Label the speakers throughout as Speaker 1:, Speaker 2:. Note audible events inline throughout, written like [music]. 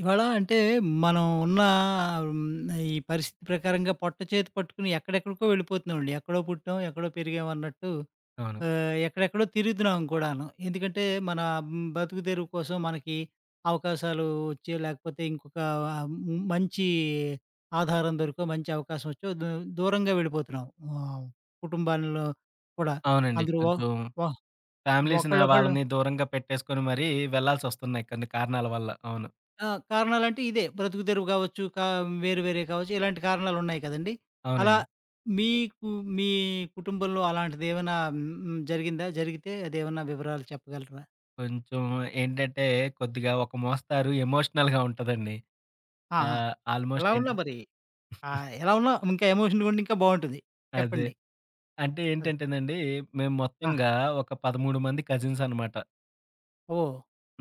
Speaker 1: ఇవాళ అంటే మనం ఉన్న హ్మ్, ఈ పరిస్థితి ప్రకారంగా పొట్ట చేతి పట్టుకుని ఎక్కడెక్కడికో వెళ్ళిపోతున్నామండి. ఎక్కడో పుట్టాం, ఎక్కడో పెరిగాం అన్నట్టు
Speaker 2: అవును.
Speaker 1: ఎక్కడెక్కడో తిరుగుతున్నాం కూడాను. ఎందుకంటే మన బతుకు తెరువు కోసం మనకి అవకాశాలు వచ్చో లేకపోతే ఇంకొక మంచి ఆధారం దొరికో, మంచి అవకాశం వచ్చో దూరంగా వెళ్ళిపోతున్నాం. ఆహ్, కుటుంబాల్లో కూడా.
Speaker 2: అవునండి.
Speaker 1: అందులో ఒ
Speaker 2: కొంచెం
Speaker 1: ఒ
Speaker 2: ఫ్యామిలీస్‌ని
Speaker 1: ఒకళ్ళొకళ్ళు.
Speaker 2: వాళ్ళని దూరంగా పెట్టేసుకొని మరీ వెళ్ళాల్సొస్తున్నాయి కొన్ని కారణాల వల్ల. అవును.
Speaker 1: ఆ! కారణాలంటే ఇదే బ్రతుకు తెరువు కావచ్చు, వేరు వేరే కావచ్చు. ఇలాంటి కారణాలున్నాయి కదండీ! అలా
Speaker 2: అవునండి.
Speaker 1: మీకు మీ కుటుంబంలో అలాంటిదేమైనా జరిగిందా? జరిగితే అదేమన్నా వివరాలు చెప్పగలరా?
Speaker 2: కొంచెం ఏంటంటే కొద్దిగా ఒక మోస్తారు ఎమోషనల్‌గా ఉంటదండి.
Speaker 1: ఆహా!
Speaker 2: ఆల్‌మోస్ట్
Speaker 1: ఎలా ఉన్నా
Speaker 2: ఏంటి
Speaker 1: మరి. ఆ! ఎలా ఉన్నా ఇంకా ఎమోషన్‌గా ఉండి ఇంకా బావుంటది.
Speaker 2: అదే.
Speaker 1: చెప్పండి.
Speaker 2: అంటే
Speaker 1: అదే.
Speaker 2: ఏంటంటేనండి, మేము
Speaker 1: ఆ!
Speaker 2: మొత్తంగా ఒక 13 మంది కజిన్స్ అన్నమాట.
Speaker 1: ఓహ్!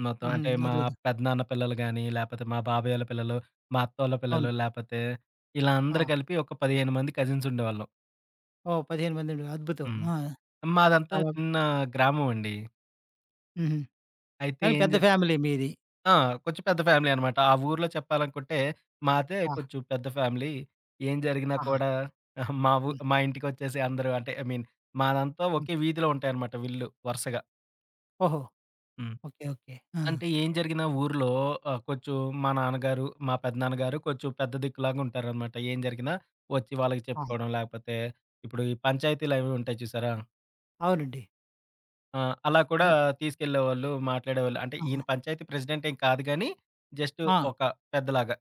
Speaker 2: మొత్తం
Speaker 1: హుహు.
Speaker 2: అంటే మా
Speaker 1: అద్భుతం.
Speaker 2: పెదనాన్న పిల్లలు గాని, లేపోతే మా బాబాయోళ్ళ పిల్లలు, మా అత్తోళ్ళ
Speaker 1: అవును.
Speaker 2: పిల్లలు, లేపోతే ఇలా అందరూ
Speaker 1: ఆ!
Speaker 2: కలిపి ఒక 15 మంది కజిన్స్ ఉండేవాళ్ళం.
Speaker 1: ఓహ్! 15 మంది ఉండే అద్భుతం.
Speaker 2: హ్మ్.
Speaker 1: ఆ!
Speaker 2: మాదంతా
Speaker 1: చాలా
Speaker 2: చిన్న గ్రామం అండి.
Speaker 1: హుహు.
Speaker 2: అయితే
Speaker 1: కానీ
Speaker 2: ఏం
Speaker 1: పెద్ద
Speaker 2: జ
Speaker 1: ఫ్యామిలీ మీది.
Speaker 2: ఆ! కొంచెం పెద్ద ఫ్యామిలీ అనమాట. ఆ ఊర్లో చెప్పాలనుకుంటే, మాదే
Speaker 1: ఆ!
Speaker 2: కొంచెం పెద్ద ఫ్యామిలీ. ఏం జరిగినా
Speaker 1: ఆహా!
Speaker 2: కూడా
Speaker 1: హ్మ్.
Speaker 2: మా ఇంటికొచ్చేసి అందరూ అంటే ఐ మీన్ మాదంతా
Speaker 1: హ్మ్.
Speaker 2: ఒకే వీధిలో ఉంటాయనమాట వీళ్ళు వరుసగా.
Speaker 1: ఓహో!
Speaker 2: హ్మ్.
Speaker 1: ఓకే. ఓకే. ఆ!
Speaker 2: అంటే ఏం జరిగినా ఊర్లో కొంచెం మా నాన్నగారు, మా పెద్దనాన్నగారు కొంచెం పెద్ద దిక్కులాగా ఉంటారనమాట. ఏం జరిగినా వచ్చి వాళ్ళకి
Speaker 1: ఆ!
Speaker 2: చెప్పుకోవడం, లేకపోతే ఇప్పుడు ఈ పంచాయతీలవి ఉంటాయి చూసారా?
Speaker 1: అవునండి.
Speaker 2: ఆ! అలా కూడా
Speaker 1: అలా.
Speaker 2: తీసుకెళ్ళేవాళ్ళు, మాట్లాడేవాళ్ళు. అంటే
Speaker 1: ఆహా!
Speaker 2: ఈయన పంచాయతీ ప్రెసిడెంట్ ఏం కాదు గానీ, జస్ట్
Speaker 1: ఆ!
Speaker 2: ఒక పెద్దలాగా.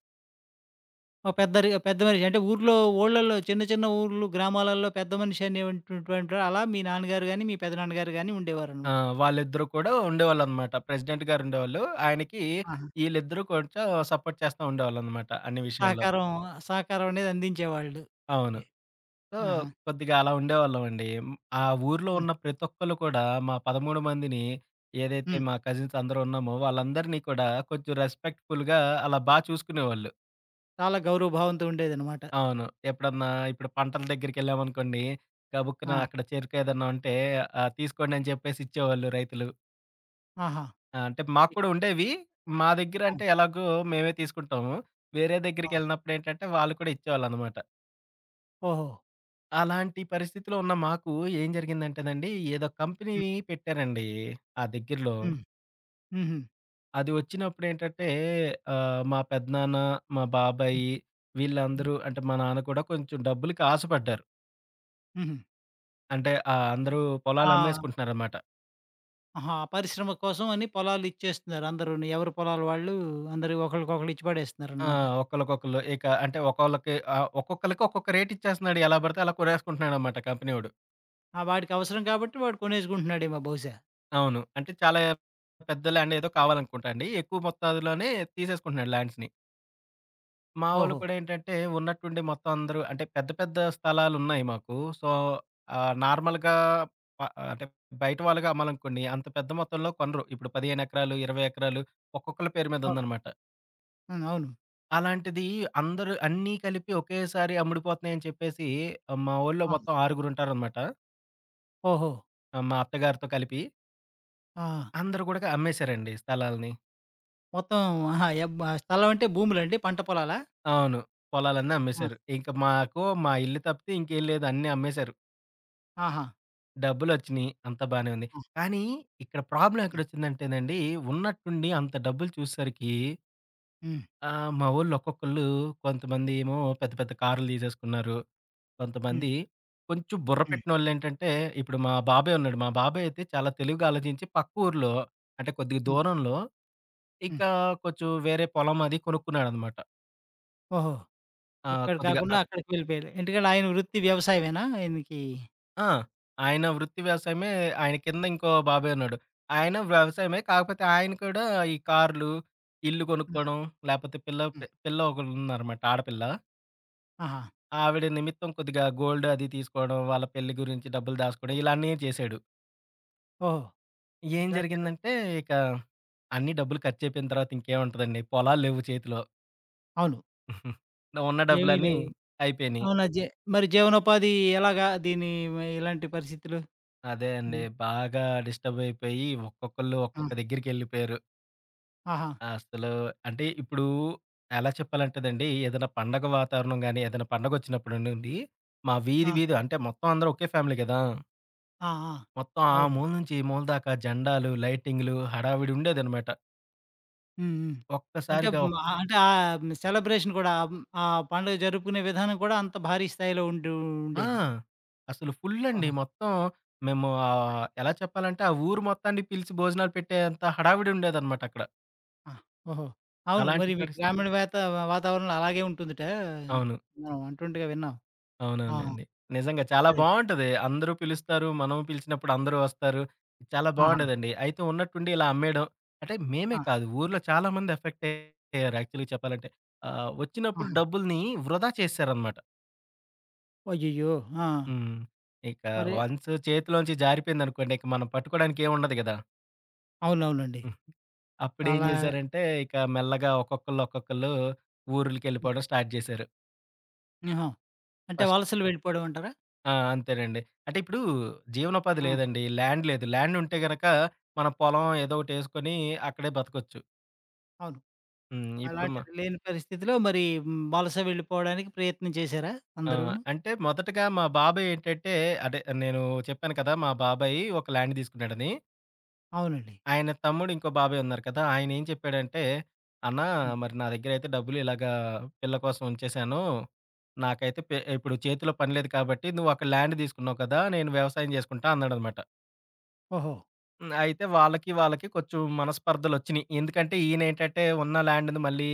Speaker 1: ఒక పెద్ద మనిషి. అంటే ఊర్లో ఊళ్ళలో చిన్న, చిన్న ఊర్లు, గ్రామాలలో పెద్ద మనిషి అనేవంటటువంటి అలా మీ నాన్నగారు గాని, మీ పెదనాన్నగారు గాని
Speaker 2: ఆ!
Speaker 1: ఉండేవారనమాట.
Speaker 2: వాళ్ళిద్దరూ కూడా ఉండేవాళ్ళనమాట. ప్రెసిడెంట్ గారు ఉండేవాళ్ళు. ఆయనకి
Speaker 1: ఆహా!
Speaker 2: ఈళ్ళిద్దరూ కొంచెం సపోర్ట్ చేస్తా ఉండేవాళ్ళనమాట అన్ని విషయాల్లో.
Speaker 1: సహకారం, సహకారం అనేది అందించేవాళ్ళు.
Speaker 2: అవును.
Speaker 1: ఓకే.
Speaker 2: సో,
Speaker 1: ఆహా!
Speaker 2: కొద్దిగా అలా ఉండేవాళ్ళమండి. ఆ ఊర్లో
Speaker 1: హ్మ్.
Speaker 2: ఉన్న ప్రతి ఒక్కళ్ళు కూడా మా 13 మందిని ఏదైతే
Speaker 1: హ్మ్.
Speaker 2: మా కజిన్స్ అందరూ ఉన్నామో వాళ్ళందరినీ కూడా కొంచెం రెస్పెక్ట్‌ఫుల్‌గా అలా చూసుకునేవాళ్ళు.
Speaker 1: చాలా గౌరవ భావంతో ఉండేదనమాట.
Speaker 2: అవును. ఎప్పుడన్నా ఇప్పుడు పంటల దగ్గరికెళ్ళామనుకోండి, గబుక్కున
Speaker 1: ఆ!
Speaker 2: అక్కడ చెరుకు ఏదన్నా ఉంటే తీసుకోండి అని చెప్పేసి ఇచ్చేవాళ్ళు రైతులు.
Speaker 1: ఆహా!
Speaker 2: ఆ! అంటే మాకు కూడా ఉండేవి. మా దగ్గర
Speaker 1: ఆ!
Speaker 2: అంటే ఎలాగో మేమే తీసుకుంటాము. వేరే
Speaker 1: ఆ!
Speaker 2: దగ్గరికెళ్ళినప్పుడేంటంటే వాళ్ళు కూడా ఇచ్చేవాళ్ళనమాట.
Speaker 1: ఓహో!
Speaker 2: అలాంటి పరిస్థితిలో ఉన్న మాకు ఏం జరిగిందంటేనండి, ఏదో కంపెనీ
Speaker 1: హ్మ్.
Speaker 2: పెట్టారండి ఆ దగ్గరలో.
Speaker 1: హ్మ్. హుహు.
Speaker 2: అది వచ్చినప్పుడేంటంటే మా పెద్దనాన్న, మా
Speaker 1: హ్మ్.
Speaker 2: బాబాయి
Speaker 1: హ్మ్.
Speaker 2: వీళ్ళందరూ అంటే మా నాన్న కూడా కొంచెం డబ్బులకి ఆశపడ్డారు.
Speaker 1: హుహు.
Speaker 2: అంటే అందరూ పొలాలు
Speaker 1: ఆ!
Speaker 2: అమ్మేసుకుంటున్నారనమాట.
Speaker 1: ఆహా! పరిశ్రమ కోసం అని పొలాలిచ్చేస్తున్నారు అందరూను. ఎవరి పొలాలు వాళ్ళు అందరూ ఒకళ్ళకొకళ్ళు ఇచ్చి
Speaker 2: ఆ!
Speaker 1: పడేస్తున్నారనమాట.
Speaker 2: ఒకళ్ళకొకళ్ళు ఇక అంటే ఒక్కోళ్ళకి ఒక్కొక్కళ్ళకి ఒక్కొక్క రేట్ ఇచ్చేస్తున్నాడు. ఎలా పడితే అలా కొనేసుకుంటున్నాడనమాట కంపెనీవోడు.
Speaker 1: ఆ! వాడికవసరం కాబట్టి వాడు కొనేసుకుంటున్నాడేమో బహుశా.
Speaker 2: అవును. అంటే చాలా పెద్ద ల్యాండ్ ఏదో కావాలనుకుంటా అండి. ఎక్కువ మొత్తాదులోనే తీసేసుకుంటున్నాడు ల్యాండ్స్‌ని. మా వోళ్ళు
Speaker 1: ఓహో!
Speaker 2: కూడా ఏంటంటే ఉన్నట్టుండి మొత్తం అందరూ అంటే పెద్ద పెద్ద స్థలాలున్నాయి మాకు. సో, నార్మల్‌గా ప అంటే బయట వాళ్ళుగా అమ్మాలనుకోండి అంత పెద్ద మొత్తంలో కొనరు. ఇప్పుడు 15 ఎకరాలు, 20 ఎకరాలు ఒక్కొక్కళ్ళ పేరు మీద
Speaker 1: అవును.
Speaker 2: ఉందనమాట.
Speaker 1: హ్మ్. అవును.
Speaker 2: అలాంటిది అందరూ అన్నీ కలిపి ఒకేసారి అమ్ముడిపోతున్నాయని చెప్పేసి ఆ, మా వోళ్ళు
Speaker 1: ఆ!
Speaker 2: మొత్తం ఆరుగురుంటారనమాట.
Speaker 1: ఓహో!
Speaker 2: మా అత్తగారితో కలిపి.
Speaker 1: ఆ!
Speaker 2: అందరూ గూడా అమ్మేసారండి స్థలాల్ని.
Speaker 1: మొత్తం. ఆహా! యబ్ ఆ స్థలం అంటే భూములండి? పంట పొలాలా?
Speaker 2: అవును. పొలాలన్నీ
Speaker 1: ఆ!
Speaker 2: అమ్మేశారు. ఇంక మాకు మా ఇల్లు తప్పితే ఇంకేం లేదు. అన్నీ అమ్మేశారు.
Speaker 1: ఆహా!
Speaker 2: డబ్బులొచ్చినియి. అంతా బానే ఉంది.
Speaker 1: ఆ!
Speaker 2: కానీ ఇక్కడ ప్రాబ్లమ్
Speaker 1: హ్మ్.
Speaker 2: ఎక్కడొచ్చిందంటేనండి, ఉన్నట్టుండి అంత డబ్బులు చూసేసరికి
Speaker 1: హ్మ్.
Speaker 2: మా వోళ్ళు ఒక్కొక్కళ్ళు కొంతమంది ఏమో పెద్ద పెద్ద కార్‌లు తీసేసుకున్నారు.
Speaker 1: హ్మ్.
Speaker 2: కొంతమంది కొంచెం బుర్ర
Speaker 1: హ్మ్.
Speaker 2: పెట్టినోళ్ళేంటంటే, ఇప్పుడు మా బాబాయ్ ఉన్నాడు. మా బాబాయ్ అయితే చాలా తెలివిగా ఆలోచించి పక్క ఊర్లో అంటే కొద్దిగా
Speaker 1: హ్మ్.
Speaker 2: దూరంలో
Speaker 1: హ్మ్.
Speaker 2: ఇంకా కొంచెం వేరే పొలం అది కొనుక్కున్నాడనమాట.
Speaker 1: ఓహో! ఇక్కడ
Speaker 2: కొద్దిగా
Speaker 1: కాకుండా అక్కడికి వెళ్ళిపోయారు. ఎందుకంటే ఆయన వృత్తి వ్యవసాయమేనా ఆయనకి?
Speaker 2: ఆ! ఆయన వృత్తి వ్యవసాయమే. ఆయన కింద ఇంకో బాబాయ్ ఉన్నాడు. ఆయన వ్యవసాయమే. కాకపోతే ఆయన కూడా ఈ కార్లు, ఇల్లు
Speaker 1: ఆ!
Speaker 2: కొనుక్కోవడం, లేపోతే
Speaker 1: హ్మ్.
Speaker 2: పిల్ల ఒకళ్ళున్నారనమాట ఆడపిల్ల.
Speaker 1: ఆహా!
Speaker 2: ఆవిడ నిమిత్తం కొద్దిగా గోల్డ్ అది తీసుకోవడం, వాళ్ళ పెళ్లి గురించి డబ్బులు దాసుకోవడం ఇలా అన్నీ చేశాడు.
Speaker 1: ఓహో!
Speaker 2: ఏం
Speaker 1: ఇలాంటివి.
Speaker 2: జరిగిందంటే ఇక అన్ని డబ్బులు ఖర్చయిపోయిన తర్వాత ఇంకేముంటదండి. పొలాలు లేవు చేతిలో.
Speaker 1: అవును.
Speaker 2: [laughs] ఉన్న
Speaker 1: ఏమీ
Speaker 2: డబ్బులన్నీ
Speaker 1: లేవు.
Speaker 2: అయిపోయినియి.
Speaker 1: అవునా? మరి జీవనోపాధి ఎలాగా దీని ఇలాంటి పరిస్థితులు?
Speaker 2: అదే
Speaker 1: మరి?
Speaker 2: అండి. బాగా డిస్టర్బ్ అయిపోయి ఒక్కొక్కళ్ళు
Speaker 1: ఆ!
Speaker 2: ఒక్కొక్క దగ్గరికెళ్ళిపోయారు.
Speaker 1: ఆహా!
Speaker 2: అసలు అంటే ఇప్పుడు ఎలా చెప్పాలంటేదండి, ఏదైనా పండగ వాతావరణం గాని, ఏదైనా పండగొచ్చినప్పుడు నుండి, మా వీధి
Speaker 1: ఆ!
Speaker 2: వీధి అంటే మొత్తం అందరూ ఒకే ఫ్యామిలీ గదా!
Speaker 1: ఆ! ఆ!
Speaker 2: మొత్తం ఆ
Speaker 1: అవును.
Speaker 2: మూల నుంచి ఈ మూల దాకా జెండాలు, లైటింగ్‌లు హడావిడి ఉండేదనమాట.
Speaker 1: హ్మ్. హ్మ్. అంటే
Speaker 2: ఒక్కసారిగా
Speaker 1: మ
Speaker 2: ఒక్-
Speaker 1: అంటే సెలబ్రేషన్ కూడా ఆ పండుగ జరుపుకునే విధానం కూడా అంత భారీ స్థాయిలో ఉంటూ
Speaker 2: ఆ!
Speaker 1: ఉండేది.
Speaker 2: అసలు ఫుల్లండి.
Speaker 1: ఆహా!
Speaker 2: మొత్తం మేము ఎలా చెప్పాలంటే, ఆ ఊరు మొత్తాన్ని పిలిచి భోజనాలు పెట్టేంత హడావిడి ఉండేదనమాట అక్కడ.
Speaker 1: ఆ! ఓహో! అవును.
Speaker 2: అలాంటి
Speaker 1: మరి మీ
Speaker 2: పరిస్థితి
Speaker 1: గ్రామీణ వాతావరణంలో అలాగే ఉంటుందట.
Speaker 2: అవును.
Speaker 1: మనం అంటుండగా విన్నాం. ఆ!
Speaker 2: అవునవునండి. నిజంగా చాలా
Speaker 1: అదే.
Speaker 2: బావుంటది. అందరూ పిలుస్తారు. మనం పిలిచినప్పుడు అందరూ వస్తారు. చాలా
Speaker 1: ఆహా!
Speaker 2: బావుండేదండి. అయితే ఉన్నట్టుండి ఇలా అమ్మేయడం అంటే మేమే
Speaker 1: ఆ!
Speaker 2: కాదు ఊర్లో చాలా మంది ఎఫెక్ట్ అయ్యారు యాక్చువల్‌గా చెప్పాలంటే. వచ్చినప్పుడు
Speaker 1: ఆహా!
Speaker 2: డబ్బుల్ని వృధా చేసేసారనమాట.
Speaker 1: అయ్యయ్యో! ఆ!
Speaker 2: హ్మ్. ఇక
Speaker 1: మరి.
Speaker 2: వన్స్ చేతిలోంచి జారిపోయిందనుకోండి ఇక మనం పట్టుకోవడానికి ఏముండదు గదా!
Speaker 1: అవునవునండి.
Speaker 2: హ్మ్. అప్పుడేం
Speaker 1: చాలా
Speaker 2: జేశారంటే ఇక మెల్లగా ఒక్కొక్కళ్ళు
Speaker 1: హ్మ్.
Speaker 2: ఊర్లకెళ్ళిపోవడం స్టార్ట్ జేశారు.
Speaker 1: ఆహా! అంటే
Speaker 2: ఫస్ట్
Speaker 1: వలసలు వెళ్ళిపోవడం అంటారా?
Speaker 2: ఆ! అంతేనండి. అంటే ఇప్పుడు జీవనోపాధి
Speaker 1: ఆ!
Speaker 2: లేదండి. ల్యాండ్ లేదు. ల్యాండ్ ఉంటే గనక మన పొలం ఏదో ఒకటేసుకొని అక్కడే బతకొచ్చు.
Speaker 1: అవును.
Speaker 2: ఇప్పుడు మ
Speaker 1: అలాంటిది లేని పరిస్థితిలో మరి వలస వెళ్ళిపోవడానికి ప్రయత్నం చేశారా
Speaker 2: ఆ!
Speaker 1: అందరూను?
Speaker 2: అంటే మొదటగా మా బాబాయ్ ఏంటంటే అదే నేను చెప్పాను కదా! మా బాబాయి ఒక ల్యాండ్ తీసుకున్నాడని.
Speaker 1: అవునండి.
Speaker 2: ఆయన తమ్ముడు ఇంకో బాబాయ్ ఉన్నారు కదా! ఆయన ఏం చెప్పాడంటే, "అన్నా
Speaker 1: హ్మ్.
Speaker 2: మరి నా దగ్గరయితే డబ్బులు ఇలాగా పిల్ల కోసం ఉంచేశాను. నాకైతే పె ఇప్పుడు చేతిలో పని లేదు కాబట్టి నువ్వు అక్కడ ల్యాండ్ తీసుకున్నావు కదా! నేను వ్యవసాయం చేసుకుంటా" అన్నాడనమాట.
Speaker 1: ఓహో!
Speaker 2: అయితే వాళ్ళకి కొంచెం మనస్పర్ధలొచ్చినియి. ఎందుకంటే ఈయనేంటంటే ఉన్న ల్యాండ్‌ని మళ్ళీ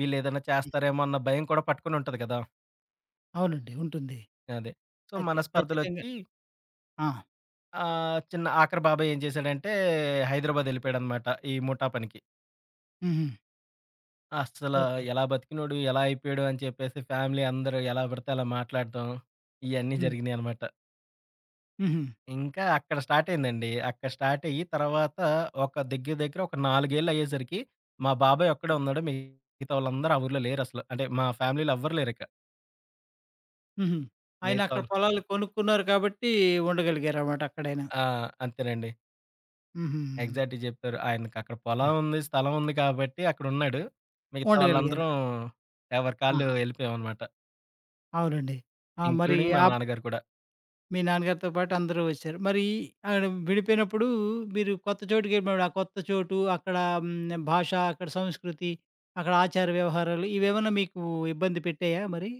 Speaker 2: వీళ్ళేదైనా చేస్తారేమో అన్న భయం కూడా పట్టుకొనుంటది కదా!
Speaker 1: అవునండి. ఉంటుంది.
Speaker 2: అదే. సో,
Speaker 1: ఖచ్చితంగా.
Speaker 2: మనస్పర్ధలొచ్చి
Speaker 1: ఆ!
Speaker 2: చిన్న ఆఖరి బాబాయి ఏం చేశాడంటే హైదరాబాదెళ్ళిపోయాడనమాట ఈ ముఠా పనికి.
Speaker 1: హుహు.
Speaker 2: అస్సల
Speaker 1: ఓకే.
Speaker 2: ఎలా బతికినోడు, ఎలా అయిపోయాడు అని చెప్పేసి ఫ్యామిలీ అందరూ ఎలా పడితే అలా మాట్లాడటం ఇయన్నీ
Speaker 1: హ్మ్.
Speaker 2: జరిగినియనమాట.
Speaker 1: హుహు.
Speaker 2: ఇంకా అక్కడ స్టార్ట్ అయిందండి. అక్కడ స్టార్ట్ అయ్యి తర్వాత ఒక దగ్గర దగ్గర ఒక 4 ఏళ్ళు అయ్యేసరికి మా బాబాయ్ ఒక్కడే ఉన్నాడు. మిగతా వాళ్ళందరూ ఆ ఊర్లో లేరసలు. అంటే మా ఫ్యామిలీలో ఎవ్వరు లేరిక.
Speaker 1: హుహు.
Speaker 2: మిగతా
Speaker 1: ఆయనక్కడ
Speaker 2: వాళ్ళు
Speaker 1: పొలాలు కొనుక్కున్నారు కాబట్టి ఉండగలిగారనమాట అక్కడైనా.
Speaker 2: ఆ! అంతేనండి.
Speaker 1: హుహు.
Speaker 2: ఎగ్జాక్ట్‌గా చెప్పారు. ఆయనకి అక్కడ
Speaker 1: ఆ!
Speaker 2: పొలం ఉంది, స్థలం ఉంది కాబట్టి అక్కడున్నాడు. మిగతా
Speaker 1: ఉండగలిగారు.
Speaker 2: వాళ్ళందరం ఎవరి కాళ్ళు
Speaker 1: ఆహా!
Speaker 2: ఎళ్ళిపోయామనమాట.
Speaker 1: అవునండి. ఆ! మరి.
Speaker 2: ఇంక్లూడింగ్ మా
Speaker 1: ఆప్.
Speaker 2: నాన్నగారు కూడా.
Speaker 1: మీ నాన్నగారితో పాటు అందరూ వచ్చారు. మరి ఆడ విడిపోయినప్పుడు మీరు కొత్త చోటుకెళ్ళినప్పుడు ఆ కొత్త చోటు, అక్కడ భాష, అక్కడ సంస్కృతి, అక్కడ ఆచార వ్యవహారాలు ఇవేమన్నా మీకు ఇబ్బంది పెట్టాయా మరి?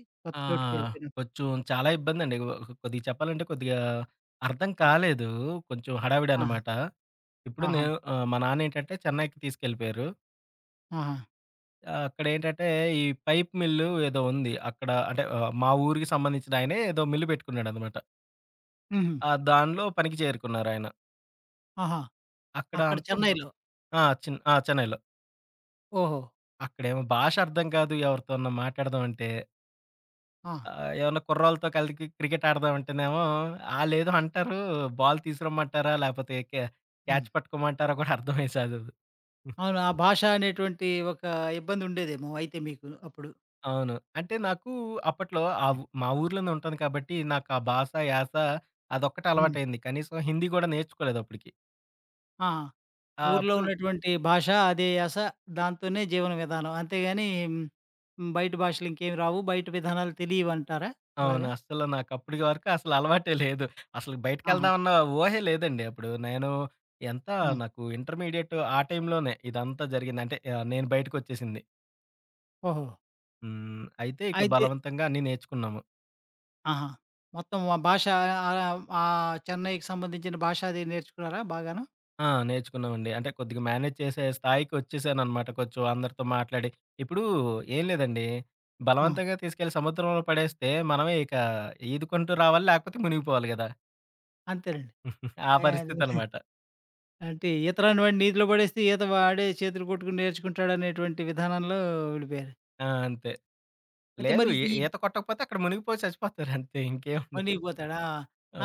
Speaker 2: ఆ!
Speaker 1: కొత్త చోటుకెళ్ళిపోయినప్పుడు?
Speaker 2: కొంచెం చాలా ఇబ్బందండి. కొద్దిగా చెప్పాలంటే కొద్దిగా అర్థం
Speaker 1: ఆ!
Speaker 2: కాలేదు. కొంచెం హడావిడి
Speaker 1: ఆహా!
Speaker 2: అనమాట. ఇప్పుడు
Speaker 1: ఆహా!
Speaker 2: నేను మా నాన్నేంటంటే చెన్నైకి తీసుకెళ్ళిపోయారు.
Speaker 1: ఆహా!
Speaker 2: అక్కడేంటంటే ఈ పైప్ మిల్లు ఏదో ఉంది. అక్కడ అంటే మా ఊరికి సంబంధించిన ఆయనే ఏదో మిల్లు పెట్టుకున్నాడనమాట.
Speaker 1: హుహు.
Speaker 2: ఆ! దానిలో పనికి చేరుకున్నారాయన.
Speaker 1: ఆహా!
Speaker 2: అక్కడ
Speaker 1: అక్కడ
Speaker 2: అంతా బ
Speaker 1: చెన్నైలో.
Speaker 2: ఆ! చెన్నైలో.
Speaker 1: ఓహో!
Speaker 2: అక్కడేమో భాష అర్థం కాదు. ఎవరితోన్నా మాట్లాడదాం అంటే
Speaker 1: ఆ!
Speaker 2: ఏమన్నా కుర్రోళ్ళతో కలిసి క్రికెట్ ఆడదాం అంటేనేమో ఆళ్ళేదో అంటారు. బాల్ తీసుకురమ్మంటారా లేకపోతే
Speaker 1: హ్మ్.
Speaker 2: క్యాచ్ పట్టుకోమంటారా కూడా అర్థమయ్యేది కాదు.
Speaker 1: అవును. ఆ భాష అనేటువంటి ఒక ఇబ్బందుండేదేమో అయితే మీకు అప్పుడు.
Speaker 2: అవును. అంటే నాకు అప్పట్లో ఆ
Speaker 1: హ్మ్.
Speaker 2: ఉ మా ఊర్లోనే ఉంటాను కాబట్టి, నాకు ఆ భాష, యాస అదొక్కటే
Speaker 1: హ్మ్.
Speaker 2: అలవాటయింది. కనీసం హిందీ గూడా నేర్చుకోలేదు అప్పటికి.
Speaker 1: ఆ!
Speaker 2: ఆహ్,
Speaker 1: ఊర్లో
Speaker 2: అప్పుడు
Speaker 1: ఉన్నటువంటి భాష, అదే యాస, దాంతోనే జీవన విధానం. అంతేగాని బయట భాషలింకేమి రావు, బయట విధానాలు తెలియవంటారా?
Speaker 2: అవును.
Speaker 1: అలాగా?
Speaker 2: అస్సలు నాకప్పటి వరకు అసలు అలవాటే లేదు. అసలు
Speaker 1: ఆహా!
Speaker 2: బయటికెళ్దామన్న ఊహే లేదండి అప్పుడు. నేను ఎంత
Speaker 1: ఆ!
Speaker 2: నాకు ఇంటర్మీడియేట్ ఆ టైంలోనే ఇదంతా జరిగింది. అంటే నేను బయటకొచ్చేసింది.
Speaker 1: ఓహో!
Speaker 2: అయితే ఇక
Speaker 1: అయితే.
Speaker 2: బలవంతంగా అన్నీ నేర్చుకున్నాము.
Speaker 1: ఆహా! మొత్తం ఆ భాష ఆహ్, ఆహ్, ఆ చెన్నైకి సంబంధించిన భాష అది నేర్చుకున్నారా బాగాను?
Speaker 2: ఆ! నేర్చుకున్నామండి. అంటే కొద్దిగా మేనేజ్ చేసే స్థాయికి వచ్చేసాననమాట కొంచెం అందరితో మాట్లాడి. ఇప్పుడు ఏం లేదండి,
Speaker 1: ఆ!
Speaker 2: బలవంతంగా తీసుకెళ్ళి సముద్రంలో పడేస్తే మనమే ఇక ఈదుకుంటూ రావాలి, లేకపోతే మునిగిపోవాలి గదా!
Speaker 1: అంతేనండి.
Speaker 2: ఆ
Speaker 1: అయ్ అది
Speaker 2: పరిస్థితనమాట.
Speaker 1: అంటే ఈత రానివాడు నీతిలో పడేస్తే ఈత వాడే చేతులు కొట్టుకుని నేర్చుకుంటాడనేటువంటి విధానంలో వెళ్ళిపోయారు.
Speaker 2: ఆ! అంతే.
Speaker 1: అయితే
Speaker 2: లేదు
Speaker 1: మరి
Speaker 2: ఈ
Speaker 1: ఈ
Speaker 2: ఈత కొట్టకపోతే అక్కడ మునిగిపోయి చచ్చిపోతారు అంతే ఇంకేముండదు.
Speaker 1: మునిగిపోతాడా?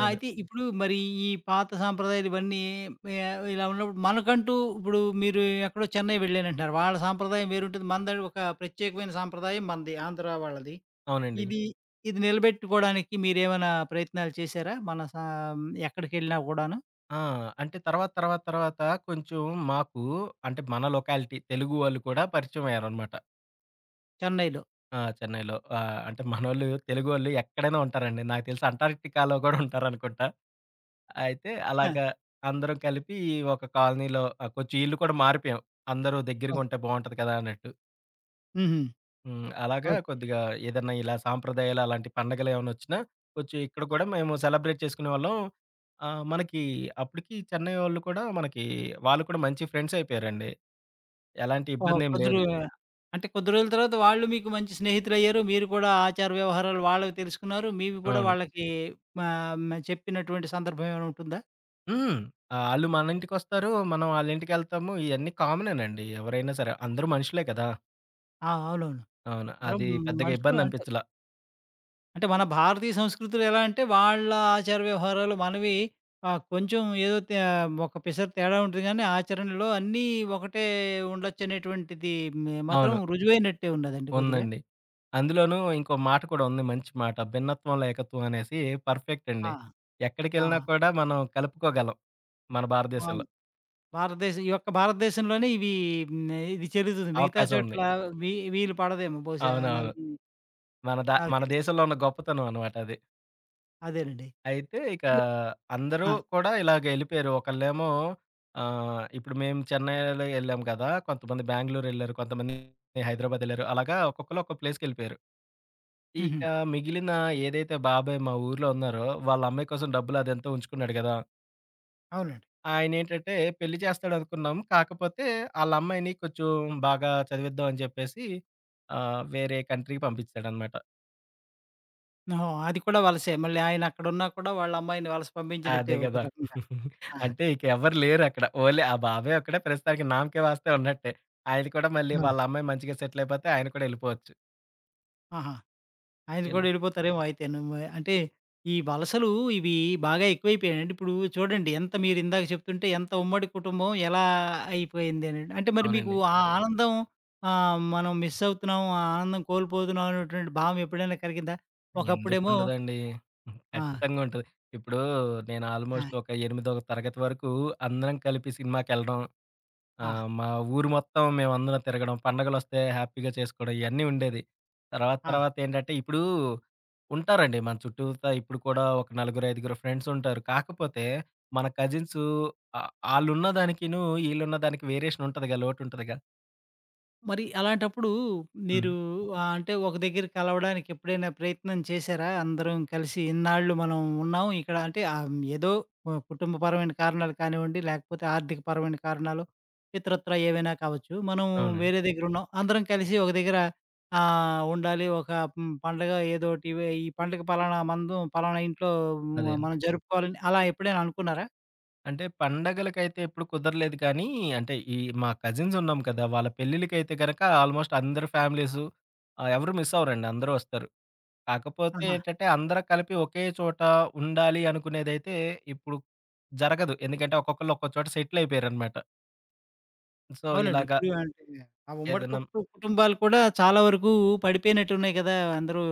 Speaker 1: ఆ! అయితే ఇప్పుడు మరి ఈ పాత సాంప్రదాయాలు ఇవన్నీ ఇలా ఉన్నప్పుడు మనకంటూ ఇప్పుడు మీరు ఎక్కడో చెన్నై వెళ్ళానంటున్నారు. వాళ్ళ సాంప్రదాయం వేరుంటుంది. మనది ఒక ప్రత్యేకమైన సాంప్రదాయం మనది ఆంధ్ర వాళ్ళది.
Speaker 2: అవునండి.
Speaker 1: ఇది ఇది నిలబెట్టుకోవడానికి మీరేమైనా ప్రయత్నాలు చేశారా? మన ఎక్కడికెళ్ళినా కూడాను.
Speaker 2: ఆ! అంటే తర్వాత కొంచెం మాకు అంటే మన లొకాలిటీ తెలుగు వాళ్ళు కూడా పరిచయం అయ్యారనమాట.
Speaker 1: చెన్నైలో?
Speaker 2: ఆ! చెన్నైలో. అంటే మనోళ్ళు తెలుగోళ్ళు ఎక్కడైనా ఉంటారండి. నాకు తెలిసి అంటార్క్టికాలో గూడా ఉంటారనుకుంటా. అయితే
Speaker 1: ఆ!
Speaker 2: అలాగా అందరం కలిపి ఒక కాలనీలో కొంచెం ఇల్లు కూడా మారిపోయాం. అందరూ
Speaker 1: అవును.
Speaker 2: దగ్గరగుంటే బావుంటది కదా! అన్నట్టు.
Speaker 1: హుహు.
Speaker 2: అలాగా
Speaker 1: ఓకే.
Speaker 2: కొద్దిగా ఏదన్నా ఇలా సాంప్రదాయాలు అలాంటి పండగలేమన్నొచ్చినా కొంచెం ఇక్కడ కూడా మేము సెలబ్రేట్ చేసుకునేవాళ్ళం. ఆహ్, మనకి అప్పటికి చెన్నై వాళ్ళు కూడా మనకి వాళ్ళు కూడా మంచి ఫ్రెండ్సయిపోయారండి. ఎలాంటి
Speaker 1: ఓహో!
Speaker 2: ఇబ్బందేం
Speaker 1: కొద్ది రో
Speaker 2: లేదు.
Speaker 1: అంటే కొద్ది రోజుల తర్వాత వాళ్ళు మీకు మంచి స్నేహితులయ్యారు. మీరు కూడా ఆచార వ్యవహారాలు వాళ్ళవి తెలుసుకున్నారు. మీవి కూడా
Speaker 2: అవును.
Speaker 1: వాళ్ళకి ఆహ్, మ చెప్పినటువంటి సందర్భం ఏమైనా ఉంటుందా?
Speaker 2: హ్మ్. ఆళ్ళు మన ఇంటికొస్తారు. మనం ఆళ్ళింటికెళ్తాము. ఇయన్నీ కామనేనండి. ఎవరైనా సరే. అందరూ మనుషులే కదా!
Speaker 1: ఆ! అవునవును.
Speaker 2: అవును.
Speaker 1: అందరం
Speaker 2: అది పెద్దగా
Speaker 1: మనుషులు అంటే,
Speaker 2: ఇబ్బందనిపించలా.
Speaker 1: అంటే మన భారతీయ సంస్కృతిలో ఎలా అంటే వాళ్ళ ఆచార వ్యవహారాలు మనవి కొంచెం ఏదో ఒక పిసరు తేడా ఉంటుంది గానీ ఆచరణలో అన్నీ ఒకటే ఉండొచ్చనేటువంటిది మే మాత్రం
Speaker 2: అవును.
Speaker 1: రుజువైనట్టే ఉన్నదండి కొద్దిగా.
Speaker 2: ఉందండి. అందులోనూ ఇంకో మాట కూడా ఉంది మంచి మాట. భిన్నత్వంలో ఏకత్వం అనేసి పర్ఫెక్ట్ అండి.
Speaker 1: ఆ!
Speaker 2: ఎక్కడికెళ్ళినా
Speaker 1: ఆ!
Speaker 2: కూడా మనం కలుపుకోగలం మన
Speaker 1: ఆ!
Speaker 2: భారతదేశంలో.
Speaker 1: భారతదేశం ఈ యొక్క భారతదేశంలోనే ఇవి ఇది చెల్లుతుంది. మిగతా
Speaker 2: అవకాశం ఉంది.
Speaker 1: చోట్ల వీలు పడదేమో బహుశా
Speaker 2: అవునవును.
Speaker 1: నాకు నాకు
Speaker 2: మన
Speaker 1: తెలిసి.
Speaker 2: దేశంలో ఉన్న గొప్పతనం అన్నమాట అది.
Speaker 1: అదేనండి.
Speaker 2: అయితే ఇక
Speaker 1: అయితే.
Speaker 2: అందరూ
Speaker 1: ఆ!
Speaker 2: కూడా ఇలాగ ఎళ్ళిపోయారు. ఒకళ్ళేమో ఇప్పుడు మేము చెన్నైలో ఎళ్ళాం కదా! కొంతమంది బెంగుళూరెళ్లారు. కొంతమంది హైదరాబాదెళ్లారు. అలాగా ఒక్కొక్కళ్ళు ఒక్కో ప్లేస్‌కెళ్ళిపోయారు.
Speaker 1: హుహు.
Speaker 2: ఇక మిగిలిన ఏదైతే బాబాయ్ మా ఊర్లో ఉన్నారో, వాళ్ళ అమ్మాయి కోసం డబ్బులు అదంతా ఉంచుకున్నాడు గదా!
Speaker 1: అవునండి.
Speaker 2: ఆయనేంటంటే పెళ్లి చేస్తాడనుకున్నాం. కాకపోతే ఆళ్ళ అమ్మాయిని కొంచెం బాగా చదివిద్దాం అని చెప్పేసి వేరే కంట్రీకి పంపించాడనమాట.
Speaker 1: ఓహో! అది కూడా వలసే. మళ్ళీ ఆయన అక్కడున్నా కూడా వాళ్ళ అమ్మాయిని వలస పంపించినట్టే
Speaker 2: అదే
Speaker 1: ఒక
Speaker 2: గదా!
Speaker 1: రకంగా. ఆ!
Speaker 2: అంటే ఇక ఎవ్వరు లేరక్కడ. ఓన్లీ ఆ బాబాయ్ ఒక్కడే ప్రస్తుతానికి నామ్ కే వాస్తే ఉన్నట్టే. ఆయన కూడా మళ్ళీ
Speaker 1: ఆ!
Speaker 2: వాళ్ళ అమ్మాయి మంచిగా సెటిల్ అయిపోతే ఆయన కూడా ఎళ్ళిపోవచ్చు.
Speaker 1: ఆహా! ఆయన
Speaker 2: ఎల్
Speaker 1: కూడా వెళ్ళిపోతారేమో అయితేను. మరి అంటే ఈ వలసలు ఇవి బాగా ఎక్కువైపోయాయండి. ఇప్పుడు చూడండి ఎంత మీరు ఇందాక చెప్తుంటే ఎంత ఉమ్మడి కుటుంబం ఎలా అయిపోయింది అని. అంటే మరి మీకు
Speaker 2: అవునండి.
Speaker 1: ఆ అవును. ఆనందం మనం మిస్ అవుతున్నాం, ఆ ఆనందం కోల్పోతున్నాం అనేటువంటి భావం ఎప్పుడైనా కలిగిందా? ఒకప్పుడేమో.
Speaker 2: ఎందుకుండదండి.
Speaker 1: ఆ!
Speaker 2: ఖచ్చితంగా ఉంటది. ఇప్పుడు నేను
Speaker 1: ఆ!
Speaker 2: ఆల్‌మోస్ట్ ఒక ఎనిమిదో తరగతి వరకు అందరం కలిపి సినిమాకెళ్ళడం ఆ!
Speaker 1: ఆ!
Speaker 2: మా ఊరు మొత్తం మేమందరం తిరగడం, పండగలొస్తే హ్యాపీగా చేసుకోవడం ఇయన్నీ ఉండేది. తర్వాత
Speaker 1: ఆ!
Speaker 2: తర్వాత ఏంటంటే ఇప్పుడు ఉంటారండి మన చుట్టూతా ఇప్పుడు కూడా ఒక నలుగురు, ఐదుగురు ఫ్రెండ్స్ ఉంటారు. కాకపోతే మన కజిన్సు ఆళ్ళున్న దానికిను, ఈళ్ళున్న దానికి వేరియేషన్ ఉంటదిగా, లోటుంటదిగా.
Speaker 1: మరి అలాంటప్పుడు
Speaker 2: హ్మ్.
Speaker 1: మీరు అంటే ఒక దగ్గర కలవడానికి ఎప్పుడైనా ప్రయత్నం చేశారా? అందరం కలిసి ఇన్నాళ్ళు మనం ఉన్నాం ఇక్కడ అంటే ఏదో కుటుంబపరమైన కారణాలు కానివ్వండి, లేకపోతే ఆర్థికపరమైన కారణాలు ఇతరత్రా ఏవైనా కావచ్చు. మనం
Speaker 2: అవునండి.
Speaker 1: వేరే దగ్గరున్నాం. అందరం కలిసి ఒక దగ్గర ఉండాలి. ఒక పండగ ఏదోటి ఇవే ఈ పండగ పలానా మందం పలానా ఇంట్లో
Speaker 2: అదే అండి.
Speaker 1: మనం జరుపుకోవాలని అలా ఎప్పుడైనా అనుకున్నారా?
Speaker 2: అంటే పండగలకైతే ఎప్పుడు కుదరలేదు కానీ, అంటే ఈ మా కజిన్స్ ఉన్నాం కదా! వాళ్ళ పెళ్ళిళ్ళకైతే గనక ఆల్మోస్ట్ అందరి ఫ్యామిలీసు ఎవరు మిస్ అవ్వరండి అందరూ వస్తారు. కాకపోతే
Speaker 1: ఆహా!
Speaker 2: ఏంటంటే అందరం కలిపి ఒకే చోట ఉండాలి అనుకునేదైతే ఇప్పుడు జరగదు. ఎందుకంటే ఒక్కొక్కళ్ళు ఒక్కో చోట సెటిల్ అయిపోయారనమాట. సో,
Speaker 1: అవునండి.
Speaker 2: ఇలాగా
Speaker 1: ఇప్పుడు అంటే ఆ ఉమ్మడి
Speaker 2: ఏదన్నా
Speaker 1: కుటుంబాలు కూడా చాలా వరకు పడిపోయినట్టున్నాయి కదా! అందరూ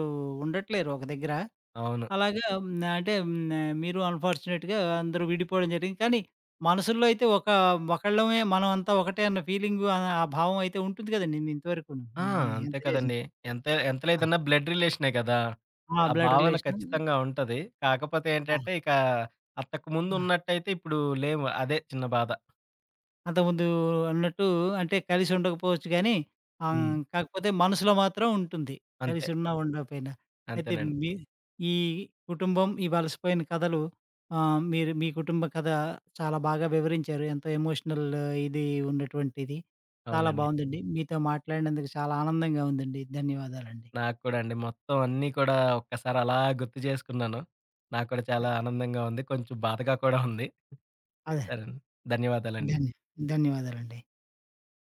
Speaker 1: ఉండట్లేరు ఒక దగ్గర.
Speaker 2: అవును.
Speaker 1: అలాగా. మీరు అన్‌ఫార్చునేట్‌గా అందరూ విడిపోవడం జరిగింది. కానీ మనసుల్లో అయితే ఒక ఒకళ్ళమే మనం అంతా ఒకటే అన్న ఫీలింగు ఆ ఆ భావం అయితే ఉంటుంది కదండీ! ఇంతవరకును.
Speaker 2: ఆ!
Speaker 1: ఏ
Speaker 2: అంతే
Speaker 1: ఎంత చేసినా.
Speaker 2: కదండీ. ఎంత ఎంత లేదన్నా బ్లడ్ రిలేషనే కదా!
Speaker 1: ఆ!
Speaker 2: ఆ
Speaker 1: బ్లడ్
Speaker 2: భావన
Speaker 1: రిలేషను.
Speaker 2: ఖచ్చితంగా ఉంటది. కాకపోతే
Speaker 1: ఆ!
Speaker 2: ఏంటంటే ఇక అంతకు ముందు ఉన్నట్టయితే ఇప్పుడు లేము. అదే చిన్న బాధ.
Speaker 1: అంతకుముందు అన్నట్టు అంటే కలిసి ఉండకపోవచ్చు గానీ, ఆహ్,
Speaker 2: హ్మ్.
Speaker 1: కాకపోతే మనసులో మాత్రం ఉంటుంది.
Speaker 2: అంతే.
Speaker 1: కలిసి ఉన్నా ఉండకపోయినా. అయితే
Speaker 2: అంతేనండి.
Speaker 1: మీ ఈ కుటుంబం, ఈ వలసపోయిన కథలు మీరు మీ కుటుంబ కథ చాలా బాగా వివరించారు. ఎంతో ఎమోషనల్ ఇది ఉన్నటువంటిది. చాలా
Speaker 2: అవునండి.
Speaker 1: బావుందండి. మీతో మాట్లాడినందుకు చాలా ఆనందంగా ఉందండి. ధన్యవాదాలండి.
Speaker 2: నాకు కూడా అండి. మొత్తం అన్నీ కూడా ఒక్కసారి అలా గుర్తు చేసుకున్నాను. నాకు కూడా చాలా ఆనందంగా ఉంది. కొంచెం బాధగా కూడా ఉంది.
Speaker 1: అదే.
Speaker 2: సరేనండి. ధన్యవాదాలండి.
Speaker 1: ధన్య ధన్యవాదాలండి.